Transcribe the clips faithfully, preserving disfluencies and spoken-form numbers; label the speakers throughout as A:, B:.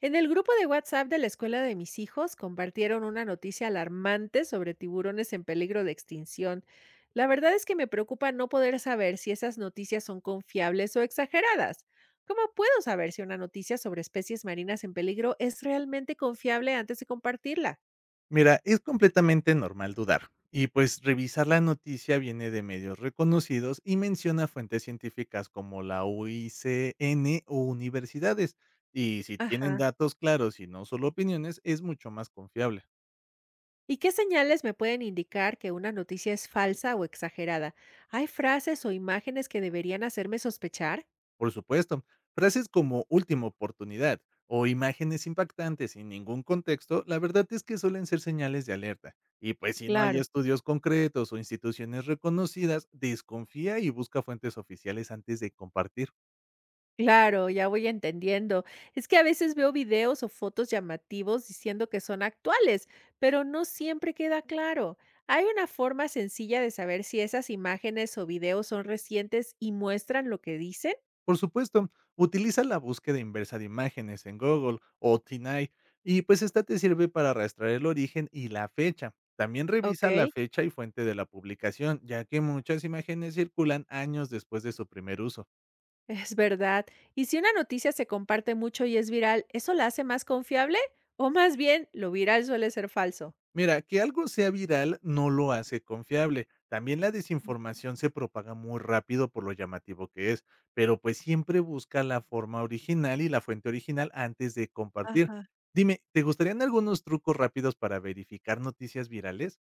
A: En el grupo de WhatsApp de la escuela de mis hijos compartieron una noticia alarmante sobre tiburones en peligro de extinción. La verdad es que me preocupa no poder saber si esas noticias son confiables o exageradas. ¿Cómo puedo saber si una noticia sobre especies marinas en peligro es realmente confiable antes de compartirla?
B: Mira, es completamente normal dudar. Y pues revisar la noticia viene de medios reconocidos y menciona fuentes científicas como la U I C N o universidades. Y si tienen
A: Ajá.
B: datos claros y no solo opiniones, es mucho más confiable.
A: ¿Y qué señales me pueden indicar que una noticia es falsa o exagerada? ¿Hay frases o imágenes que deberían hacerme sospechar?
B: Por supuesto, frases como última oportunidad o imágenes impactantes sin ningún contexto, la verdad es que suelen ser señales de alerta. Y pues si no hay
A: Claro,
B: estudios concretos o instituciones reconocidas, desconfía y busca fuentes oficiales antes de compartir.
A: claro, ya voy entendiendo. Es que a veces veo videos o fotos llamativos diciendo que son actuales, pero no siempre queda claro. ¿Hay una forma sencilla de saber si esas imágenes o videos son recientes y muestran lo que dicen?
B: Por supuesto, utiliza la búsqueda inversa de imágenes en Google o TinEye, y pues esta te sirve para arrastrar el origen y la fecha. También
A: ¿Ok?
B: revisa la fecha y fuente de la publicación, ya que muchas imágenes circulan años después de su primer uso.
A: Es verdad. Y si una noticia se comparte mucho y es viral, ¿eso la hace más confiable? O más bien, lo viral suele ser falso.
B: Mira, que algo sea viral no lo hace confiable. También la desinformación se propaga muy rápido por lo llamativo que es, pero pues siempre busca la forma original y la fuente original antes de compartir.
A: Ajá.
B: Dime, ¿te gustarían algunos trucos rápidos para verificar noticias virales?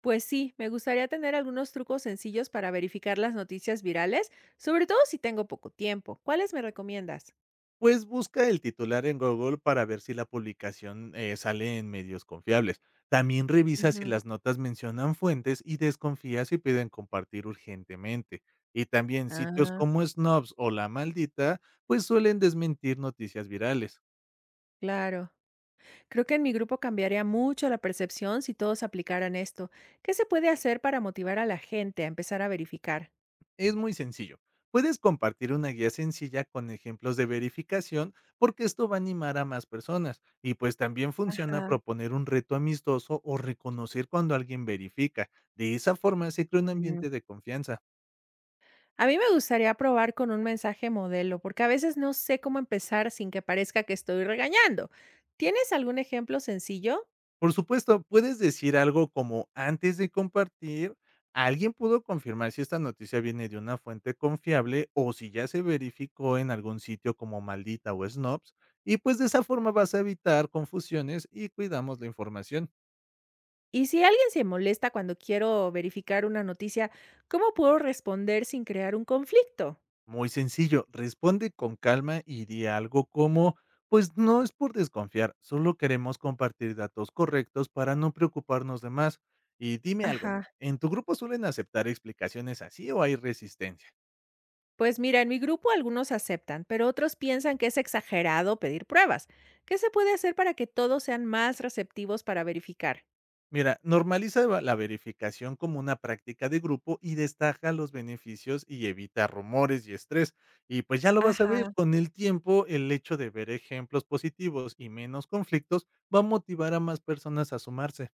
A: Pues sí, me gustaría tener algunos trucos sencillos para verificar las noticias virales, sobre todo si tengo poco tiempo. ¿Cuáles me recomiendas?
B: Pues busca el titular en Google para ver si la publicación eh, sale en medios confiables. También revisa si
A: Ujú.
B: las notas mencionan fuentes y desconfía si piden compartir urgentemente. Y también sitios
A: Ah,
B: como Snobs o La Maldita, pues suelen desmentir noticias virales.
A: claro. Creo que en mi grupo cambiaría mucho la percepción si todos aplicaran esto. ¿Qué se puede hacer para motivar a la gente a empezar a verificar?
B: Es muy sencillo. Puedes compartir una guía sencilla con ejemplos de verificación porque esto va a animar a más personas y pues también funciona
A: Ajá.
B: proponer un reto amistoso o reconocer cuando alguien verifica. De esa forma se crea un ambiente de confianza.
A: A mí me gustaría probar con un mensaje modelo, porque a veces no sé cómo empezar sin que parezca que estoy regañando. ¿Tienes algún ejemplo sencillo?
B: Por supuesto, puedes decir algo como antes de compartir, alguien pudo confirmar si esta noticia viene de una fuente confiable o si ya se verificó en algún sitio como Maldita o Snopes y pues de esa forma vas a evitar confusiones y cuidamos la información.
A: Y si alguien se molesta cuando quiero verificar una noticia, ¿cómo puedo responder sin crear un conflicto?
B: Muy sencillo, responde con calma y di algo como, pues no es por desconfiar, solo queremos compartir datos correctos para no preocuparnos de más. Y dime algo,
A: Ajá.
B: ¿en tu grupo suelen aceptar explicaciones así o hay resistencia?
A: Pues mira, en mi grupo algunos aceptan, pero otros piensan que es exagerado pedir pruebas. ¿Qué se puede hacer para que todos sean más receptivos para verificar?
B: Mira, normaliza va- la verificación como una práctica de grupo y destaca los beneficios y evita rumores y estrés. Y pues ya lo vas a ver,
A: Ajá.
B: con el tiempo el hecho de ver ejemplos positivos y menos conflictos va a motivar a más personas a sumarse.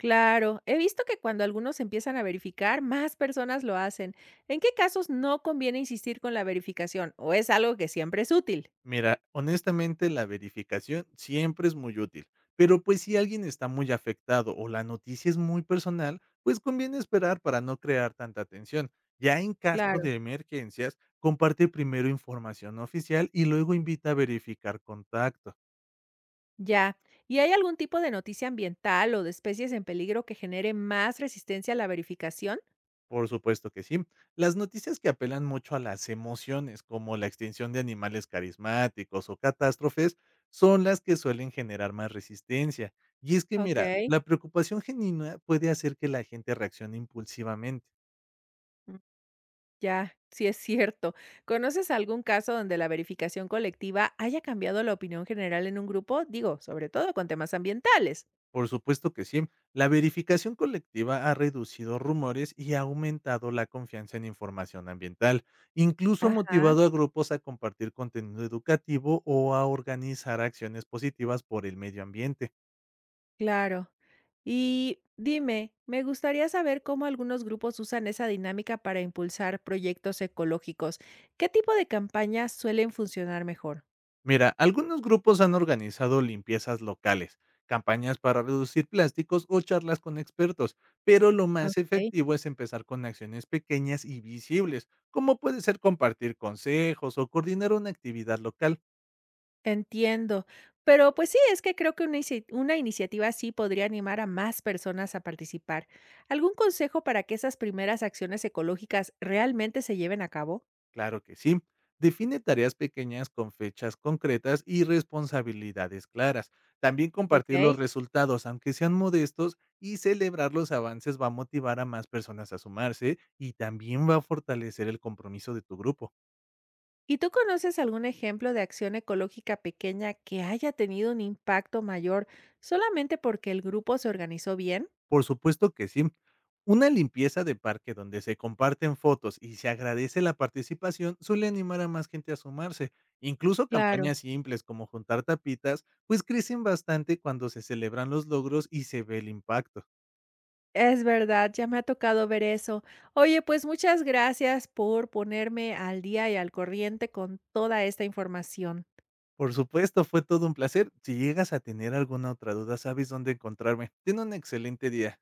A: Claro, he visto que cuando algunos empiezan a verificar, más personas lo hacen. ¿En qué casos no conviene insistir con la verificación o es algo que siempre es útil?
B: Mira, honestamente la verificación siempre es muy útil, pero pues si alguien está muy afectado o la noticia es muy personal, pues conviene esperar para no crear tanta tensión. Ya en caso
A: Claro,
B: de emergencias, comparte primero información oficial y luego invita a verificar contacto.
A: ya. ¿Y hay algún tipo de noticia ambiental o de especies en peligro que genere más resistencia a la verificación?
B: Por supuesto que sí. Las noticias que apelan mucho a las emociones, como la extinción de animales carismáticos o catástrofes, son las que suelen generar más resistencia. Y es que,
A: Ok,
B: mira, la preocupación genuina puede hacer que la gente reaccione impulsivamente.
A: mm, ya, sí es cierto. ¿Conoces algún caso donde la verificación colectiva haya cambiado la opinión general en un grupo? Digo, sobre todo con temas ambientales.
B: Por supuesto que sí. La verificación colectiva ha reducido rumores y ha aumentado la confianza en información ambiental, incluso
A: Ajá.
B: motivado a grupos a compartir contenido educativo o a organizar acciones positivas por el medio ambiente.
A: Claro. Y dime, me gustaría saber cómo algunos grupos usan esa dinámica para impulsar proyectos ecológicos. ¿Qué tipo de campañas suelen funcionar mejor?
B: Mira, algunos grupos han organizado limpiezas locales, campañas para reducir plásticos o charlas con expertos, pero lo más
A: Ok.
B: efectivo es empezar con acciones pequeñas y visibles, como puede ser compartir consejos o coordinar una actividad local.
A: Entiendo. Pero pues sí, es que creo que una, inici- una iniciativa así podría animar a más personas a participar. ¿Algún consejo para que esas primeras acciones ecológicas realmente se lleven a cabo?
B: Claro que sí. Define tareas pequeñas con fechas concretas y responsabilidades claras. También compartir los
A: Ok.
B: resultados, aunque sean modestos, y celebrar los avances va a motivar a más personas a sumarse y también va a fortalecer el compromiso de tu grupo.
A: ¿Y tú conoces algún ejemplo de acción ecológica pequeña que haya tenido un impacto mayor solamente porque el grupo se organizó bien?
B: Por supuesto que sí. Una limpieza de parque donde se comparten fotos y se agradece la participación suele animar a más gente a sumarse. Incluso
A: Claro,
B: campañas simples como juntar tapitas, pues crecen bastante cuando se celebran los logros y se ve el impacto.
A: es verdad, ya me ha tocado ver eso. Oye, pues muchas gracias por ponerme al día y al corriente con toda esta información.
B: Por supuesto, fue todo un placer. Si llegas a tener alguna otra duda, sabes dónde encontrarme. Ten un excelente día.